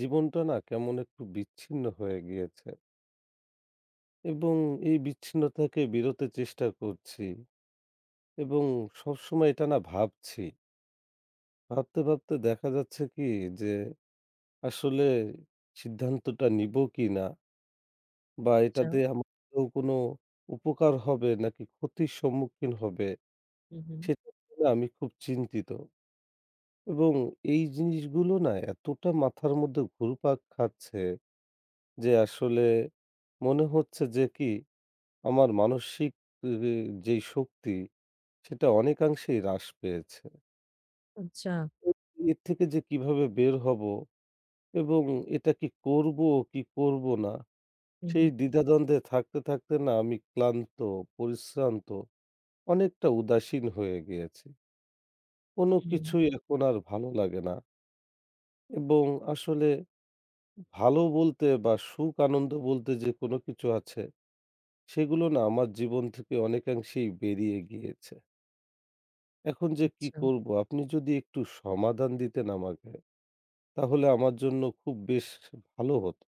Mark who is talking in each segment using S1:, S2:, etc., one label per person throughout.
S1: জীবনটা না কেমন একটু বিচ্ছিন্ন হয়ে গিয়েছে এবং এই বিচ্ছিন্নতাকে বিরতে চেষ্টা করছি এবং সবসময় এটা না ভাবছি। ভাবতে, ভাবতে দেখা যাচ্ছে কি যে আসলে সিদ্ধান্তটা নিবো কিনা বা
S2: আচ্ছা।
S1: এটাতে আমার আদৌ কোনো উপকার হবে নাকি ক্ষতির সম্মুখীন হবে
S2: হু, হু।
S1: সেটা নিয়ে না আমি খুব চিন্তিত এবং এই জিনিসগুলো না এতটা মাথার মধ্যে ঘুরপাক খাচ্ছে যে আসলে মনে হচ্ছে যে কি আমার মানসিক এ যেই শক্তি সেটা অনেকাংশেই হ্রাস পেয়েছে।
S2: আচ্ছা।
S1: এর থেকে যে কিভাবে বের হব এবং এটা কি করব কি করব না
S2: হু,
S1: সেই
S2: হু,
S1: দ্বিধাদ্বন্দ্বে থাকতে, থাকতে না আমি ক্লান্ত, পরিশ্রান্ত অনেকটা উদাসীন হয়ে গিয়েছি। কোনো
S2: হুম।
S1: কিছুই এখন আর ভালো লাগে না এবং আসলে ভালো বলতে বা সুখ আনন্দ বলতে যে কোনো কিছু আছে সেগুলো না আমার জীবন থেকে অনেকাংশেই বেরিয়ে গিয়েছে। এখন যে কি
S2: আচ্ছা।
S1: করব? আপনি যদি একটু সমাধান দিতেন আমাকে, তাহলে আমার জন্য খুব বেশ ভালো হতো।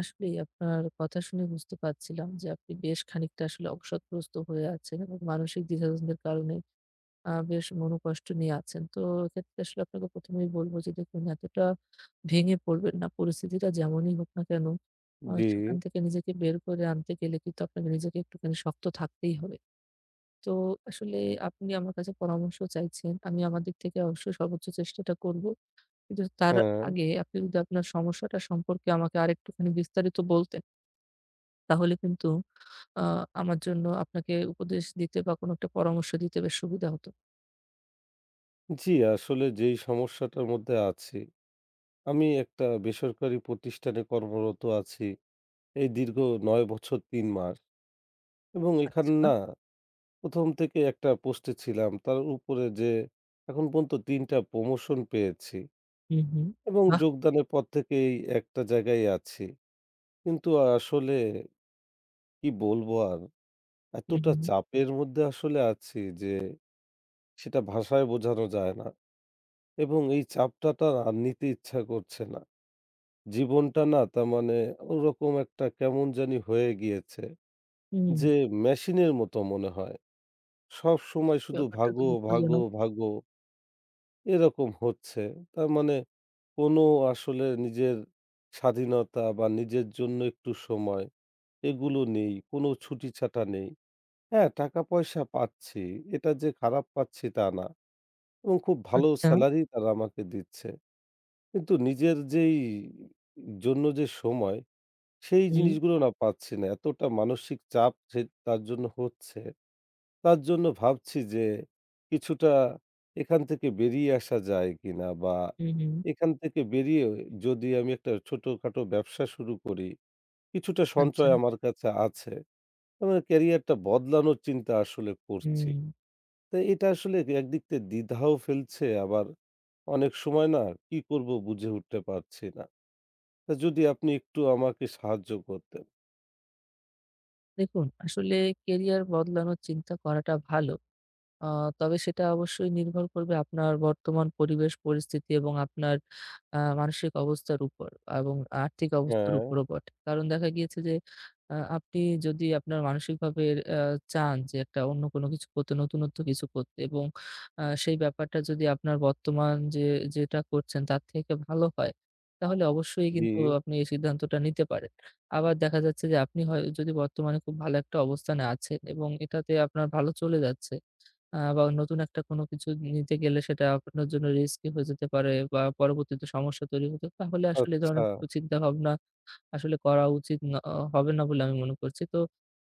S2: আসলেই আপনার কথা শুনে বুঝতে পারছিলাম যে আপনি বেশ খানিকটা আসলে অবসাদগ্রস্ত হয়ে আছেন এবং মানসিক দ্বিধাদ্বন্দ্বের কারণে বেশ মনোকষ্ট নিয়ে আছেন। তো এক্ষেত্রে আসলে আপনাকে ১ম এই বলব যে দেখুন এতটা ভেঙে পড়বেন না। পরিস্থিতিটা যেমনই হোক না কেন
S1: জি,
S2: সেখান থেকে নিজেকে বের করে আনতে গেলে কিন্তু আপনাকে নিজেকে একটুখানি শক্ত থাকতেই হবে। তো আসলে আপনি আমার কাছে পরামর্শ চাইছেন। আমি আমার দিক থেকে অবশ্যই সর্বোচ্চ চেষ্টাটা করব। কিন্তু তার
S1: হ্যাঁ।
S2: আগে আপনি যদি আপনার সমস্যাটা সম্পর্কে আমাকে আরেকটুখানি বিস্তারিত বলতেন, তাহলে কিন্তু আ আমার জন্য আপনাকে উপদেশ দিতে বা কোনো একটা পরামর্শ দিতে বেশ সুবিধা হতো।
S1: জি, আসলে যেই সমস্যাটার মধ্যে আছি, আমি একটা বেসরকারি প্রতিষ্ঠানে কর্মরত আছি এই দীর্ঘ ৯ বছর ৩ মাস এবং এখানে
S2: আচ্ছা।
S1: না ১ম থেকে একটা পোস্টে ছিলাম। তার উপরে যে এখন পর্যন্ত ৩ টা প্রমোশন পেয়েছি
S2: হু, হু।
S1: এবং
S2: বাহ!
S1: যোগদানের পর থেকেই একটা জায়গায় আছি। কিন্তু আসলে কি বলবো আর?
S2: হু,
S1: এতটা
S2: হু।
S1: চাপের মধ্যে আসলে আছি যে সেটা ভাষায় বোঝানো যায় না এবং এই চাপটা আর নিতে ইচ্ছা করছে না। জীবনটা না তার মানে ওরকম একটা কেমন জানি হয়ে গিয়েছে
S2: হুম,
S1: যে মেশিনের মতো মনে হয়। সবসময় শুধু
S2: ব্যাপারটা তো
S1: ভাগো, ভাগো,
S2: দুঃখজনক।
S1: ভাগো এরকম হচ্ছে। তার মানে কোনো আসলে নিজের স্বাধীনতা বা নিজের জন্য একটু সময় এগুলো নেই। কোনো ছুটি-ছাটা নেই। হ্যাঁ, টাকা-পয়সা পাচ্ছি। এটা যে খারাপ পাচ্ছি তা না। এবং খুব ভালো
S2: আচ্ছা।
S1: সেলারি তারা আমাকে দিচ্ছে। কিন্তু নিজের যেই জন্য যে সময়, সেই
S2: হুম,
S1: জিনিসগুলো না পাচ্ছি না। এতটা মানসিক চাপ যে তার জন্য হচ্ছে, তার জন্য ভাবছি যে কিছুটা এখান থেকে বেরিয়ে আসা যায় কিনা? বা
S2: হু, হু।
S1: এখান থেকে বেরিয়ে যদি আমি একটা ছোটখাটো ব্যবসা শুরু করি, কিছুটা
S2: আচ্ছা।
S1: সঞ্চয় আমার কাছে আছে। আমার ক্যারিয়ারটা বদলানোর চিন্তা আসলে করছি।
S2: হুম।
S1: তো এটা আসলে একদিক থেকে দ্বিধাও ফেলছে আবার অনেক সময় না কি করব বুঝে উঠতে পারছি না। তো যদি আপনি একটু আমাকে সাহায্য করতেন।
S2: দেখুন আসলে কেরিয়ার বদলানোর চিন্তা করাটা ভালো। আ তবে সেটা অবশ্যই নির্ভর করবে আপনার বর্তমান পরিবেশ, পরিস্থিতি এবং আপনার মানসিক অবস্থার উপর এবং আর্থিক অবস্থার
S1: হ্যাঁ,
S2: উপরও বটে। কারণ দেখা গিয়েছে যে আপনি যদি আপনার মানসিকভাবে আ চান যে একটা অন্য কোনো কিছু করতে, নতুনত্ব কিছু করতে এবং সেই ব্যাপারটা যদি আপনার বর্তমান যে যেটা করছেন তার থেকে ভালো হয়, তাহলে অবশ্যই
S1: জি,
S2: কিন্তু আপনি এই সিদ্ধান্তটা নিতে পারেন। আবার দেখা যাচ্ছে যে আপনি হয় যদি বর্তমানে খুব ভালো একটা অবস্থানে আছেন এবং এটাতে আপনার ভালো চলে যাচ্ছে। বা নতুন একটা কোনো কিছু নিতে গেলে সেটা আপনার জন্য রিস্কি হয়ে যেতে পারে বা পরবর্তীতে সমস্যা তৈরি হতে তাহলে আসলে এ
S1: আচ্ছা,
S2: ধরনের চিন্তাভাবনা আসলে করা উচিত হবে না বলে আমি মনে করছি। তো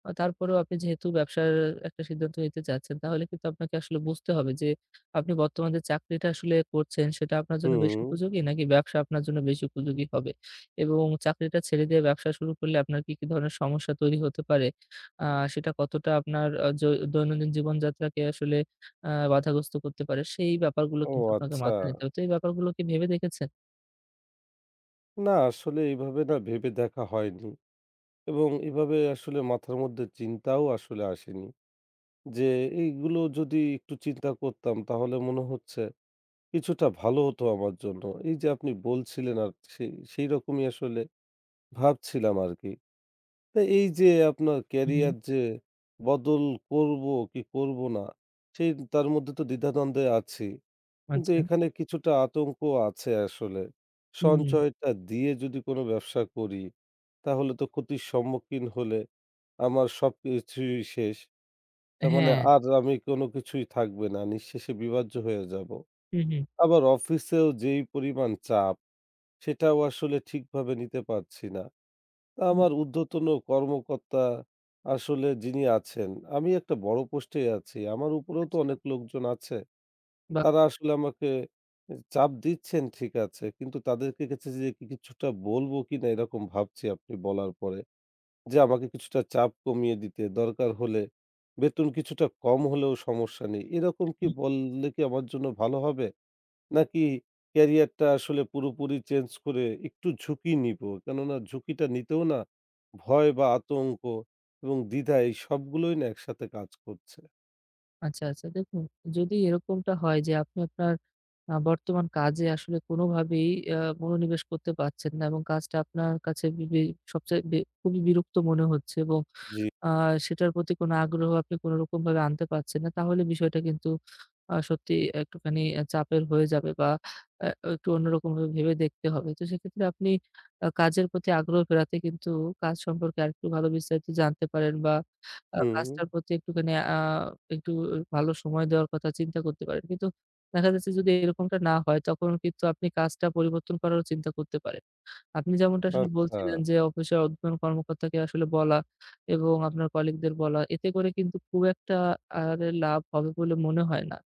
S2: তারপরেও আপনি যেহেতু ব্যবসার একটা সিদ্ধান্ত নিতে চাচ্ছেন, তাহলে কিন্তু আপনাকে আসলে বুঝতে হবে যে, আপনি বর্তমান যে চাকরিটা আসলে করছেন, সেটা আপনার জন্য বেশি
S1: হুম,
S2: উপযোগী নাকি ব্যবসা আপনার জন্য বেশি উপযোগী হবে? এবং চাকরিটা ছেড়ে দিয়ে ব্যবসা শুরু করলে আপনার কি, কি ধরনের সমস্যা তৈরি হতে পারে? আ সেটা কতটা আপনার আ জ দৈনন্দিন জীবনযাত্রাকে আসলে বাধাগ্রস্ত করতে পারে? সেই ব্যাপারগুলো
S1: ও
S2: কিন্তু আপনাকে
S1: আচ্ছা।
S2: মাথায় নিতে হবে। তো এই ব্যাপারগুলো কি ভেবে দেখেছেন?
S1: না আসলে এভাবে না ভেবে দেখা হয়নি এবং এভাবে আসলে মাথার মধ্যে চিন্তাও আসলে আসেনি। যে এইগুলো যদি একটু চিন্তা করতাম তাহলে মনে হচ্ছে কিছুটা ভালো হতো আমার জন্য। এই যে আপনি বলছিলেন আর সেইরকমই আসলে ভাবছিলাম আরকি। তো এই যে আপনার
S2: হু, হু।
S1: ক্যারিয়ার যে বদল করব কি করব না, সেই তার মধ্যে তো দ্বিধাদ্বন্দ্বে আছি। কিন্তু
S2: আচ্ছা।
S1: এখানে কিছুটা আতঙ্ক আছে আসলে।
S2: হুম।
S1: সঞ্চয়টা দিয়ে যদি কোনো ব্যবসা করি, তাহলে তো ক্ষতির সম্মুখীন হলে আমার সবকিছুই শেষ। তার মানে
S2: হ্যাঁ।
S1: আর আমি কোনো কিছুই থাকবে না। নিঃশেষে বিভাজ্য হয়ে যাব।
S2: হু, হু।
S1: আবার অফিসেও যেই পরিমাণ চাপ, সেটাও আসলে ঠিকভাবে নিতে পারছি না।
S2: হুম,
S1: আমার ঊর্ধ্বতন কর্মকর্তা আসলে যিনি আছেন, আমি একটা বড় পোস্টে আছি। আমার উপরেও তো
S2: আচ্ছা।
S1: অনেক লোকজন আছে।
S2: বাহ!
S1: তারা আসলে আমাকে চাপ দিচ্ছেন ঠিক আছে। কিন্তু তাদেরকে কাছে যে কি কিছুটা বলবো কিনা এরকম ভাবছি আপনি বলার পরে। যে আমাকে কিছুটা চাপ কমিয়ে দিতে, দরকার হলে বেতন কিছুটা কম হলেও সমস্যা নেই। এরকম কি বললে কি আমার জন্য ভালো হবে? নাকি ক্যারিয়ারটা আসলে পুরোপুরি চেঞ্জ করে একটু ঝুঁকি নিবো? কেননা ঝুঁকিটা নিতেও না ভয় বা আতঙ্ক এবং দ্বিধা এই সবগুলোই না একসাথে কাজ করছে।
S2: আচ্ছা, আচ্ছা। দেখুন যদি এরকমটা হয় যে আপনি আপনার বর্তমান কাজে আসলে কোনোভাবেই মনোনিবেশ করতে পারছেন না এবং কাজটা আপনার কাছে বি বি সবচেয়ে বে খুবই বিরক্ত মনে হচ্ছে এবং
S1: জি।
S2: আ সেটার প্রতি কোনো আগ্রহ আপনি কোনরকমভাবে আনতে পারছেন না, তাহলে বিষয়টা কিন্তু সত্যি একটুখানি চাপের হয়ে যাবে বা আ একটু অন্যরকমভাবে ভেবে দেখতে হবে। তো সেক্ষেত্রে আপনি কাজের প্রতি আগ্রহ ফেরাতে কিন্তু কাজ সম্পর্কে আরেকটু ভালো বিস্তারিত জানতে পারেন বা
S1: হুম,
S2: কাজটার প্রতি একটুখানি একটু ভালো সময় দেওয়ার কথা চিন্তা করতে পারেন। কিন্তু দেখা যাচ্ছে যদি এরকমটা না হয়, তখন কিন্তু আপনি কাজটা পরিবর্তন করারও চিন্তা করতে পারেন। আপনি যেমনটা আসলে
S1: আচ্ছা।
S2: বলছিলেন যে, অফিসের ঊর্ধ্বতন কর্মকর্তাকে আসলে বলা এবং আপনার কলিগদের বলা, এতে করে কিন্তু খুব একটা আর লাভ হবে বলে মনে হয় না।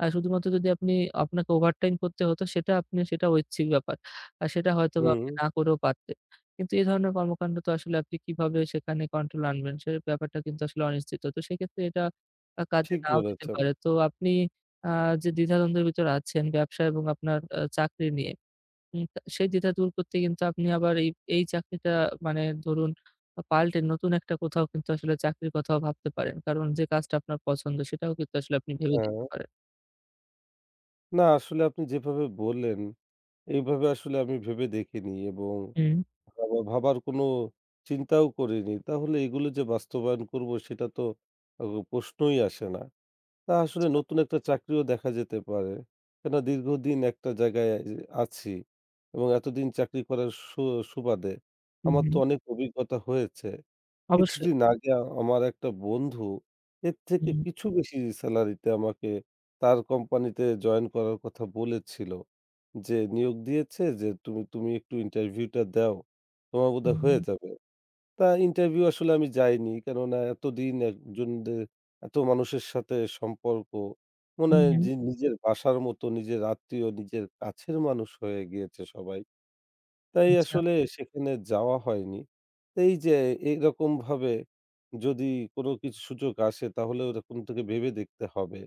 S2: শুধুমাত্র যদি আপনি আপনাকে ওভারটাইম করতে হতো সেটা আপনি সেটা ঐচ্ছিক ব্যাপার। আর সেটা হয়তোবা
S1: হুম,
S2: আপনি না করেও পারতেন। কিন্তু এ ধরনের কর্মকাণ্ড তো আসলে আপনি কিভাবে সেখানে কন্ট্রোল আনবেন? সে ব্যাপারটা কিন্তু আসলে অনিশ্চিত। তো সেক্ষেত্রে এটা কাজে
S1: ঠিক
S2: নাও দিতে
S1: বলেছেন।
S2: পারে। তো আপনি আ যে দ্বিধাদ্বন্দ্বের ভিতরে আছেন ব্যবসা এবং আপনার চাকরি নিয়ে, তা সেই দ্বিধা দূর করতে কিন্তু আপনি আবার এই চাকরিটা মানে ধরুন পাল্টে নতুন একটা কোথাও কিন্তু আসলে চাকরির কথাও ভাবতে পারেন। কারণ যে কাজটা আপনার পছন্দ সেটাও কিন্তু আসলে আপনি ভেবে
S1: হ্যাঁ,
S2: দেখতে পারেন।
S1: না আসলে আপনি যেভাবে বললেন, এইভাবে আসলে আমি ভেবে দেখিনি এবং
S2: হুম,
S1: ভাবার কোনো চিন্তাও করিনি। তাহলে এগুলো যে বাস্তবায়ন করবো সেটা তো আ প্রশ্নই আসে না। না, আসলে
S2: আচ্ছা।
S1: নতুন একটা চাকরিও দেখা যেতে পারে। কেননা দীর্ঘদিন একটা জায়গায় যে আছি এবং এতদিন চাকরি করার সুবাদে
S2: হুম,
S1: আমার তো
S2: হুম।
S1: অনেক অভিজ্ঞতা হয়েছে।
S2: অবশ্যই।
S1: কিছুদিন আগে আমার একটা বন্ধু এর থেকে
S2: হুম,
S1: কিছু বেশি সেলারিতে আমাকে তার কোম্পানিতে জয়েন করার কথা বলেছিল। যে নিয়োগ দিয়েছে যে, "তুমি তুমি একটু ইন্টারভিউটা দাও। তোমার বোধহয়
S2: হুম,
S1: হয়ে যাবে।" তা ইন্টারভিউ আসলে আমি যাইনি। কেননা এতদিন একজনদের এত মানুষের সাথে সম্পর্ক মনে
S2: হুম,
S1: হয়
S2: হুম।
S1: যে নিজের বাসার মতো নিজের আত্মীয়, নিজের কাছের মানুষ হয়ে গিয়েছে সবাই। তাই
S2: আচ্ছা।
S1: আসলে সেখানে যাওয়া হয়নি। এই যে এইরকমভাবে যদি কোনো কিছু সুযোগ আসে তাহলে ওরকম থেকে ভেবে দেখতে হবে।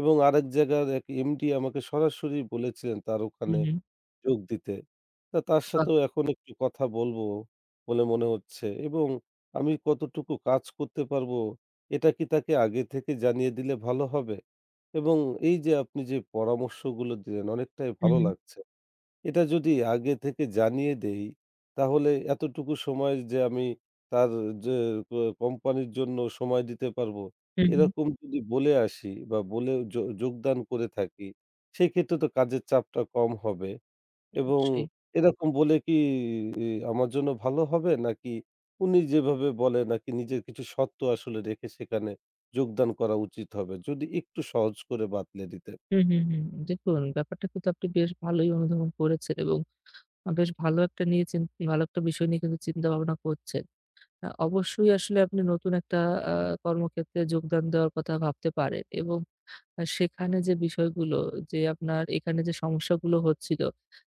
S1: এবং আরেক জায়গার এক এমডি আমাকে সরাসরি বলেছিলেন তার
S2: হুম,
S1: ওখানে
S2: হুম।
S1: যোগ দিতে। তা তার
S2: বাহ!
S1: সাথেও এখন একটু কথা বলবো বলে মনে হচ্ছে এবং আমি কতটুকু কাজ করতে পারবো, এটা কি তাকে আগে থেকে জানিয়ে দিলে ভালো হবে? এবং এই যে আপনি যে পরামর্শগুলো দিলেন অনেকটাই
S2: হুম,
S1: ভালো
S2: হুম।
S1: লাগছে। এটা যদি আগে থেকে জানিয়ে দেই, তাহলে এতটুকু সময় যে আমি তার যে ক কোম্পানির জন্য সময় দিতে পারবো,
S2: হুম, হুম।
S1: এরকম যদি বলে আসি বা বলে যোগদান করে থাকি, সেক্ষেত্রে তো কাজের চাপটা কম হবে। এবং
S2: অবশ্যই।
S1: এরকম বলে কি আমার জন্য ভালো হবে? নাকি উনি যেভাবে বলে নাকি নিজের কিছু সত্ত্ব আসলে রেখে সেখানে যোগদান করা উচিত হবে? যদি একটু সহজ করে বাতলে দিতেন।
S2: হুম, হুম, হুম। দেখুন ব্যাপারটা কিন্তু আপনি বেশ ভালোই অনুধাবন করেছেন এবং বেশ ভালো একটা নিয়ে চিন ভালো একটা বিষয় নিয়ে কিন্তু চিন্তা ভাবনা করছেন। অবশ্যই আসলে আপনি নতুন একটা আ কর্মক্ষেত্রে যোগদান দেওয়ার কথা ভাবতে পারেন এবং সেখানে যে বিষয়গুলো যে আপনার এখানে যে সমস্যাগুলো হচ্ছিল,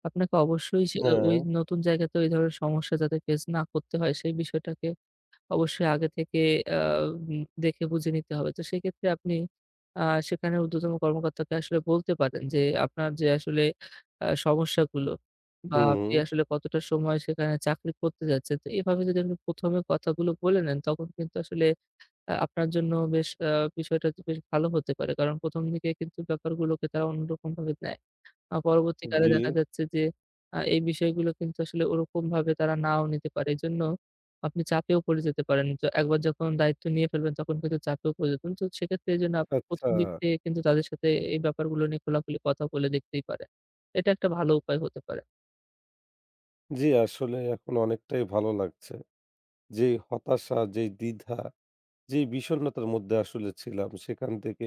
S2: আপনাকে অবশ্যই সে
S1: হ্যাঁ,
S2: ওই নতুন জায়গাতে ওই ধরনের সমস্যা যাতে ফেস না করতে হয় সেই বিষয়টাকে অবশ্যই আগে থেকে আ উম দেখে বুঝে নিতে হবে। তো সেক্ষেত্রে আপনি আ সেখানে ঊর্ধ্বতন কর্মকর্তাকে আসলে বলতে পারেন যে, আপনার যে আসলে সমস্যাগুলো বা জি। আপনি
S1: হুম,
S2: আসলে কতটা সময় সেখানে চাকরি করতে যাচ্ছেন। তো এভাবে যদি আপনি ১ম এ কথাগুলো বলে নেন, তখন কিন্তু আসলে আপনার জন্য বেশ আ বিষয়টা বেশ ভালো হতে পারে। কারণ ১ম দিকে কিন্তু ব্যাপারগুলোকে তারা অন্যরকমভাবে নেয়। পরবর্তীকালে
S1: জি,
S2: দেখা যাচ্ছে যে এই বিষয়গুলো কিন্তু আসলে ওরকমভাবে তারা নাও নিতে পারে। এজন্য আপনি চাপেও পড়ে যেতে পারেন। তো একবার যখন দায়িত্ব নিয়ে ফেলবেন তখন কিন্তু চাপেও পড়ে যেতেন। তো সেক্ষেত্রে এজন্য
S1: আচ্ছা।
S2: ১ম দিক থেকে কিন্তু তাদের সাথে এই ব্যাপারগুলো নিয়ে খোলাখুলি কথা বলে দেখতেই পারেন। এটা একটা ভালো উপায় হতে পারে।
S1: জি, আসলে এখন অনেকটাই ভালো লাগছে। যেই হতাশা, যেই দ্বিধা, যেই বিষণ্ণতার মধ্যে আসলে ছিলাম সেখান থেকে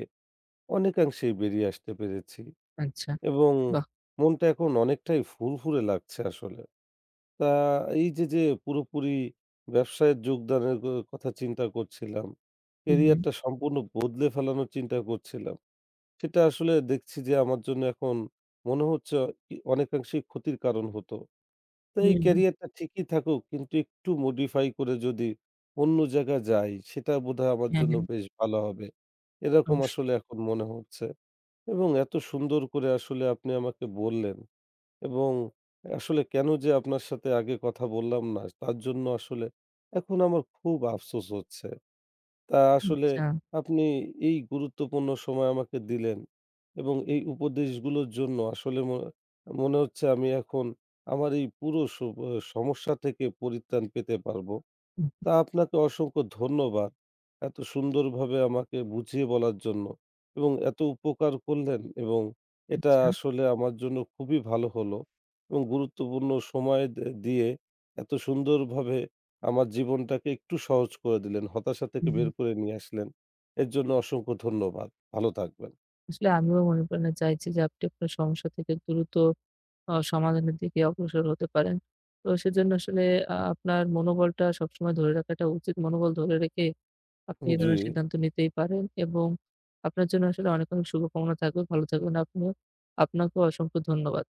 S1: অনেকাংশেই বেরিয়ে আসতে পেরেছি
S2: আচ্ছা,
S1: এবং
S2: বাহ!
S1: মনটা এখন অনেকটাই ফুরফুরে লাগছে আসলে। তা এই যে, যে পুরোপুরি ব্যবসায় যোগদানের কথা চিন্তা করছিলাম,
S2: হুম,
S1: ক্যারিয়ারটা সম্পূর্ণ বদলে ফেলানোর চিন্তা করছিলাম। সেটা আসলে দেখছি যে আমার জন্য এখন মনে হচ্ছে অনেকাংশেই ক্ষতির কারণ হতো। তো এই
S2: হুম।
S1: ক্যারিয়ারটা ঠিকই থাকুক কিন্তু একটু modify করে যদি অন্য জায়গায় যাই সেটা বোধহয় আমার
S2: হ্যাঁ,
S1: জন্য
S2: হ্যাঁ,
S1: বেশ ভালো হবে। এরকম
S2: অবশ্যই।
S1: আসলে এখন মনে হচ্ছে এবং এত সুন্দর করে আসলে আপনি আমাকে বললেন। এবং আসলে কেন যে আপনার সাথে আগে কথা বললাম না তার জন্য আসলে এখন আমার খুব আফসোস হচ্ছে। তা আসলে
S2: আচ্ছা,
S1: আপনি এই গুরুত্বপূর্ণ সময় আমাকে দিলেন এবং এই উপদেশগুলোর জন্য আসলে মনে হচ্ছে আমি এখন আমার এই পুরো সব সমস্যা থেকে পরিত্রাণ পেতে পারবো।
S2: হুম,
S1: তা আপনাকে অসংখ্য ধন্যবাদ। এত সুন্দরভাবে আমাকে বুঝিয়ে বলার জন্য এবং এত উপকার করলেন এবং এটা
S2: আচ্ছা,
S1: আসলে আমার জন্য খুবই ভালো হলো এবং গুরুত্বপূর্ণ সময় দিয়ে এত সুন্দরভাবে আমার জীবনটাকে একটু সহজ করে দিলেন। হতাশা থেকে
S2: হুম। হুম।
S1: বের করে নিয়ে আসলেন। এর জন্য অসংখ্য ধন্যবাদ। ভালো থাকবেন।
S2: আসলে আমিও মনে প্রাণে চাইছি যে আপনি আপনার সমস্যা থেকে দ্রুত সমাধানের দিকে অগ্রসর হতে পারেন। তো সেজন্য আসলে আপনার মনোবলটা সবসময় ধরে রাখাটা উচিত। মনোবল ধরে রেখে আপনি এই
S1: জি।
S2: ধরনের সিদ্ধান্ত নিতেই পারেন এবং আপনার জন্য আসলে অনেক, অনেক শুভকামনা থাকবে। ভালো থাকবেন আপনিও। আপনাকেও অসংখ্য ধন্যবাদ।